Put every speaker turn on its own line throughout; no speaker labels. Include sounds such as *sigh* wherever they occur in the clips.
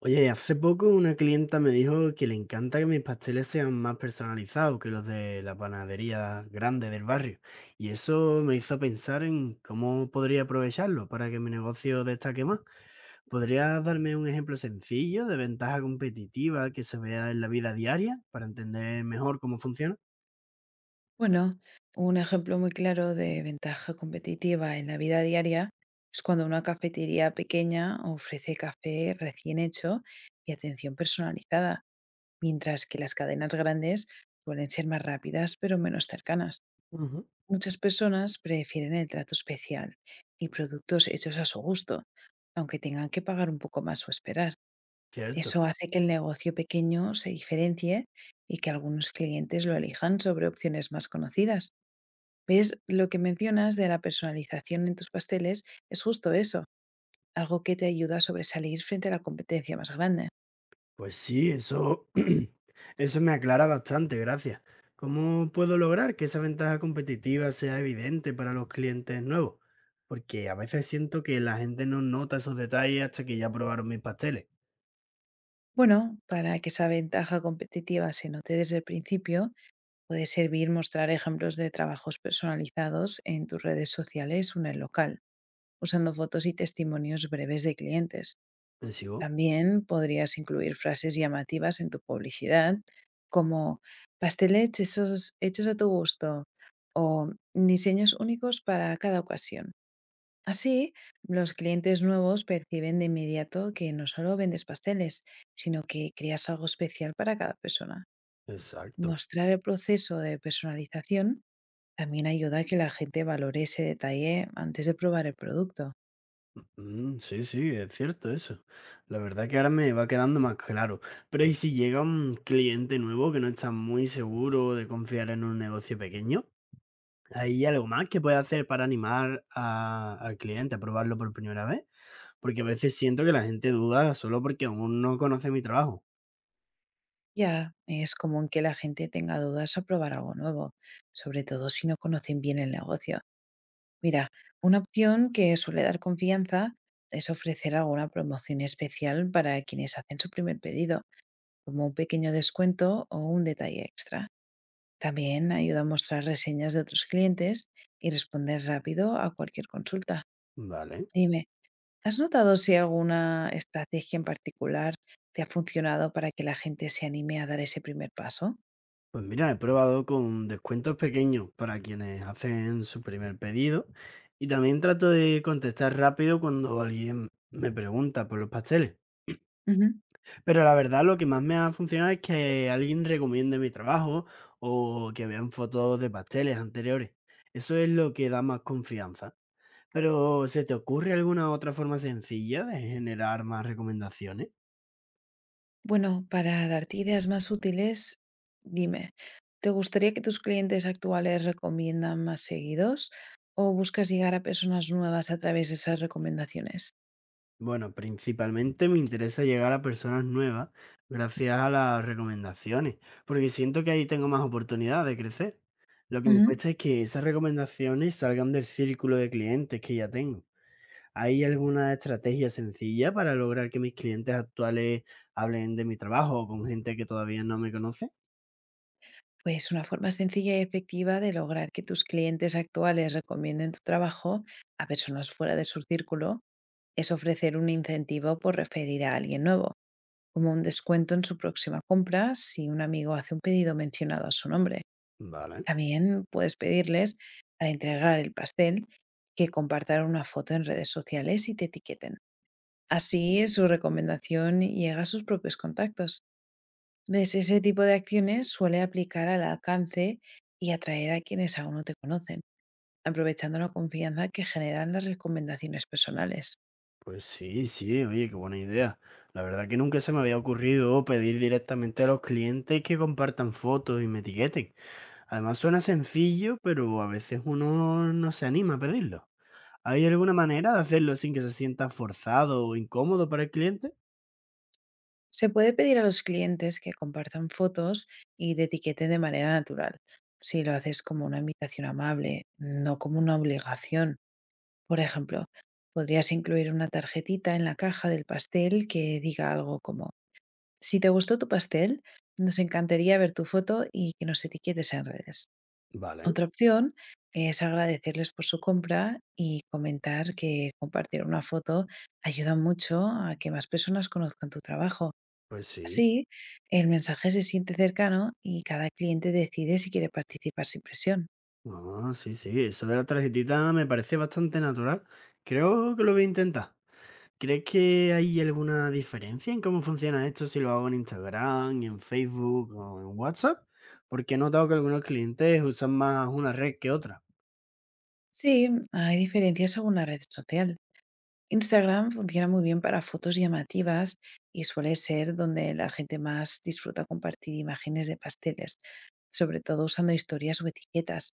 Oye, hace poco una clienta me dijo que le encanta que mis pasteles sean más personalizados que los de la panadería grande del barrio. Y eso me hizo pensar en cómo podría aprovecharlo para que mi negocio destaque más. ¿Podrías darme un ejemplo sencillo de ventaja competitiva que se vea en la vida diaria para entender mejor cómo funciona?
Bueno, un ejemplo muy claro de ventaja competitiva en la vida diaria es cuando una cafetería pequeña ofrece café recién hecho y atención personalizada, mientras que las cadenas grandes suelen ser más rápidas pero menos cercanas.
Ujú.
Muchas personas prefieren el trato especial y productos hechos a su gusto, aunque tengan que pagar un poco más o esperar.
Cierto.
Eso hace que el negocio pequeño se diferencie y que algunos clientes lo elijan sobre opciones más conocidas. ¿Ves? Lo que mencionas de la personalización en tus pasteles es justo eso, algo que te ayuda a sobresalir frente a la competencia más grande.
Pues sí, eso, *clears throat* eso me aclara bastante, gracias. ¿Cómo puedo lograr que esa ventaja competitiva sea evidente para los clientes nuevos? Porque a veces siento que la gente no nota esos detalles hasta que ya probaron mis pasteles.
Bueno, para que esa ventaja competitiva se note desde el principio, puede servir mostrar ejemplos de trabajos personalizados en tus redes sociales o en el local, usando fotos y testimonios breves de clientes.
¿Me sigo?
También podrías incluir frases llamativas en tu publicidad, como pasteles hechos a tu gusto o diseños únicos para cada ocasión. Así, los clientes nuevos perciben de inmediato que no solo vendes pasteles, sino que creas algo especial para cada persona.
Exacto.
Mostrar el proceso de personalización también ayuda a que la gente valore ese detalle antes de probar el producto.
Sí, sí, es cierto eso. La verdad que ahora me va quedando más claro. Pero ¿y si llega un cliente nuevo que no está muy seguro de confiar en un negocio pequeño? ¿Hay algo más que pueda hacer para animar al cliente a probarlo por primera vez? Porque a veces siento que la gente duda solo porque aún no conoce mi trabajo.
Ya, es común que la gente tenga dudas a probar algo nuevo, sobre todo si no conocen bien el negocio. Mira, una opción que suele dar confianza es ofrecer alguna promoción especial para quienes hacen su primer pedido, como un pequeño descuento o un detalle extra. También ayuda a mostrar reseñas de otros clientes y responder rápido a cualquier consulta.
Vale.
Dime, ¿has notado si alguna estrategia en particular te ha funcionado para que la gente se anime a dar ese primer paso?
Pues mira, he probado con descuentos pequeños para quienes hacen su primer pedido y también trato de contestar rápido cuando alguien me pregunta por los pasteles.
Ujú.
Pero la verdad lo que más me ha funcionado es que alguien recomiende mi trabajo o que vean fotos de pasteles anteriores. Eso es lo que da más confianza. Pero, ¿se te ocurre alguna otra forma sencilla de generar más recomendaciones?
Bueno, para darte ideas más útiles, dime, ¿te gustaría que tus clientes actuales recomiendan más seguidos o buscas llegar a personas nuevas a través de esas recomendaciones?
Bueno, principalmente me interesa llegar a personas nuevas gracias a las recomendaciones, porque siento que ahí tengo más oportunidad de crecer. Lo que me
Ujú.
cuesta es que esas recomendaciones salgan del círculo de clientes que ya tengo. ¿Hay alguna estrategia sencilla para lograr que mis clientes actuales hablen de mi trabajo con gente que todavía no me conoce?
Pues una forma sencilla y efectiva de lograr que tus clientes actuales recomienden tu trabajo a personas fuera de su círculo es ofrecer un incentivo por referir a alguien nuevo, como un descuento en su próxima compra si un amigo hace un pedido mencionado a su nombre.
Vale.
También puedes pedirles, al entregar el pastel, que compartan una foto en redes sociales y te etiqueten. Así su recomendación llega a sus propios contactos. ¿Ves? Ese tipo de acciones suele aplicar al alcance y atraer a quienes aún no te conocen, aprovechando la confianza que generan las recomendaciones personales.
Pues sí, sí, oye, qué buena idea. La verdad que nunca se me había ocurrido pedir directamente a los clientes que compartan fotos y me etiqueten. Además suena sencillo, pero a veces uno no se anima a pedirlo. ¿Hay alguna manera de hacerlo sin que se sienta forzado o incómodo para el cliente?
Se puede pedir a los clientes que compartan fotos y te etiqueten de manera natural, si lo haces como una invitación amable, no como una obligación. Por ejemplo, podrías incluir una tarjetita en la caja del pastel que diga algo como, si te gustó tu pastel, nos encantaría ver tu foto y que nos etiquetes en redes.
Vale,
Otra opción es agradecerles por su compra y comentar que compartir una foto ayuda mucho a que más personas conozcan tu trabajo.
pues sí.
Así, el mensaje se siente cercano y cada cliente decide si quiere participar sin presión.
Ah, sí, sí, eso de la tarjetita me parece bastante natural. Creo que lo voy a intentar. ¿Crees que hay alguna diferencia en cómo funciona esto si lo hago en Instagram, en Facebook o en WhatsApp? Porque he notado que algunos clientes usan más una red que otra.
Sí, hay diferencias según la red social. Instagram funciona muy bien para fotos llamativas y suele ser donde la gente más disfruta compartir imágenes de pasteles, sobre todo usando historias o etiquetas.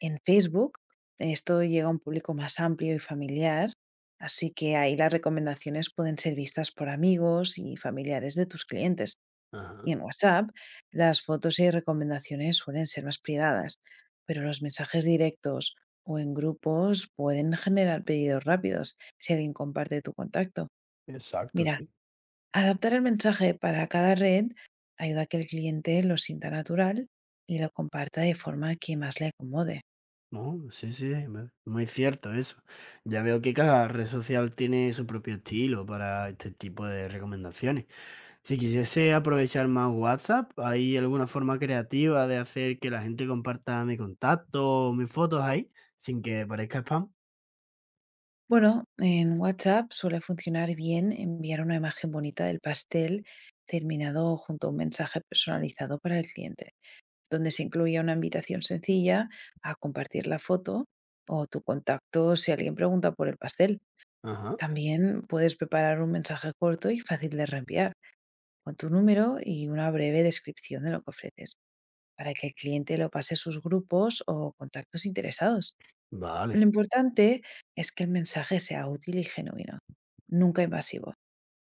En Facebook esto llega a un público más amplio y familiar, así que ahí las recomendaciones pueden ser vistas por amigos y familiares de tus clientes.
Ajá,
Y en WhatsApp, las fotos y recomendaciones suelen ser más privadas, pero los mensajes directos o en grupos pueden generar pedidos rápidos si alguien comparte tu contacto.
exacto,
Mira,
sí.
adaptar el mensaje para cada red ayuda a que el cliente lo sienta natural y lo comparta de forma que más le acomode.
No, sí, sí, muy cierto eso. Ya veo que cada red social tiene su propio estilo para este tipo de recomendaciones. Si quisiese aprovechar más WhatsApp, ¿hay alguna forma creativa de hacer que la gente comparta mi contacto o mis fotos ahí sin que parezca spam?
Bueno, en WhatsApp suele funcionar bien enviar una imagen bonita del pastel terminado junto a un mensaje personalizado para el cliente, donde se incluía una invitación sencilla a compartir la foto o tu contacto si alguien pregunta por el pastel.
Ajá,
También puedes preparar un mensaje corto y fácil de reenviar, con tu número y una breve descripción de lo que ofreces, para que el cliente lo pase a sus grupos o contactos interesados. Lo
vale.
importante es que el mensaje sea útil y genuino, nunca invasivo.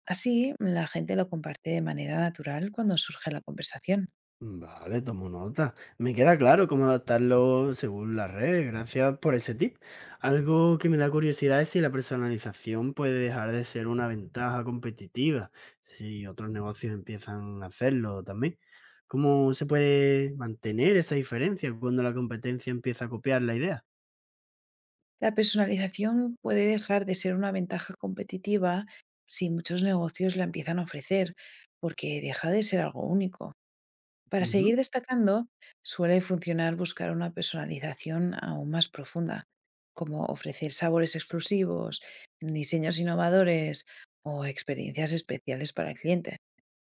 Así, la gente lo comparte de manera natural cuando surge la conversación.
Vale, tomo nota. Me queda claro cómo adaptarlo según la red. Gracias por ese tip. Algo que me da curiosidad es si la personalización puede dejar de ser una ventaja competitiva, si otros negocios empiezan a hacerlo también. ¿Cómo se puede mantener esa diferencia cuando la competencia empieza a copiar la idea?
La personalización puede dejar de ser una ventaja competitiva si muchos negocios la empiezan a ofrecer, porque deja de ser algo único. Para
Ujú.
seguir destacando, suele funcionar buscar una personalización aún más profunda, como ofrecer sabores exclusivos, diseños innovadores o experiencias especiales para el cliente.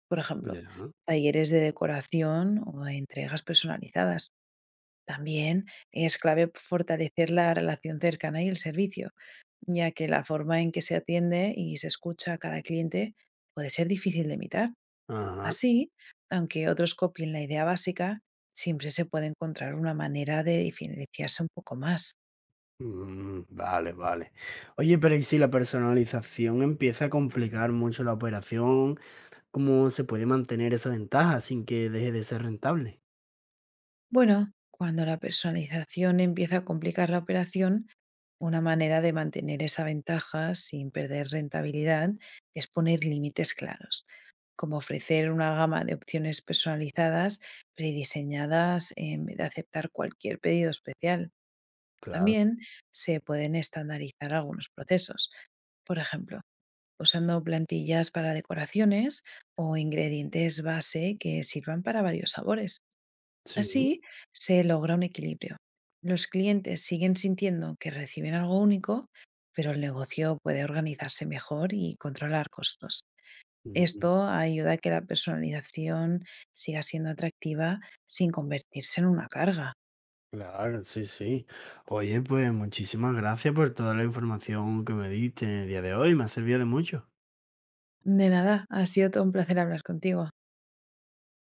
Por ejemplo,
Ya.
talleres de decoración o entregas personalizadas. También es clave fortalecer la relación cercana y el servicio, ya que la forma en que se atiende y se escucha a cada cliente puede ser difícil de imitar.
Ajá.
Así, aunque otros copien la idea básica, siempre se puede encontrar una manera de diferenciarse un poco más.
Vale, vale. Oye, pero ¿y si la personalización empieza a complicar mucho la operación? ¿Cómo se puede mantener esa ventaja sin que deje de ser rentable?
Bueno, cuando la personalización empieza a complicar la operación, una manera de mantener esa ventaja sin perder rentabilidad es poner límites claros, como ofrecer una gama de opciones personalizadas prediseñadas en vez de aceptar cualquier pedido especial.
Claro.
También se pueden estandarizar algunos procesos, por ejemplo, usando plantillas para decoraciones o ingredientes base que sirvan para varios sabores.
Sí,
Así se logra un equilibrio. Los clientes siguen sintiendo que reciben algo único, pero el negocio puede organizarse mejor y controlar costos.
ujú,
Esto ayuda a que la personalización siga siendo atractiva sin convertirse en una carga.
claro, sí, sí. Oye, pues muchísimas gracias por toda la información que me diste en el día de hoy, me ha servido de mucho.
De nada, ha sido todo un placer hablar contigo.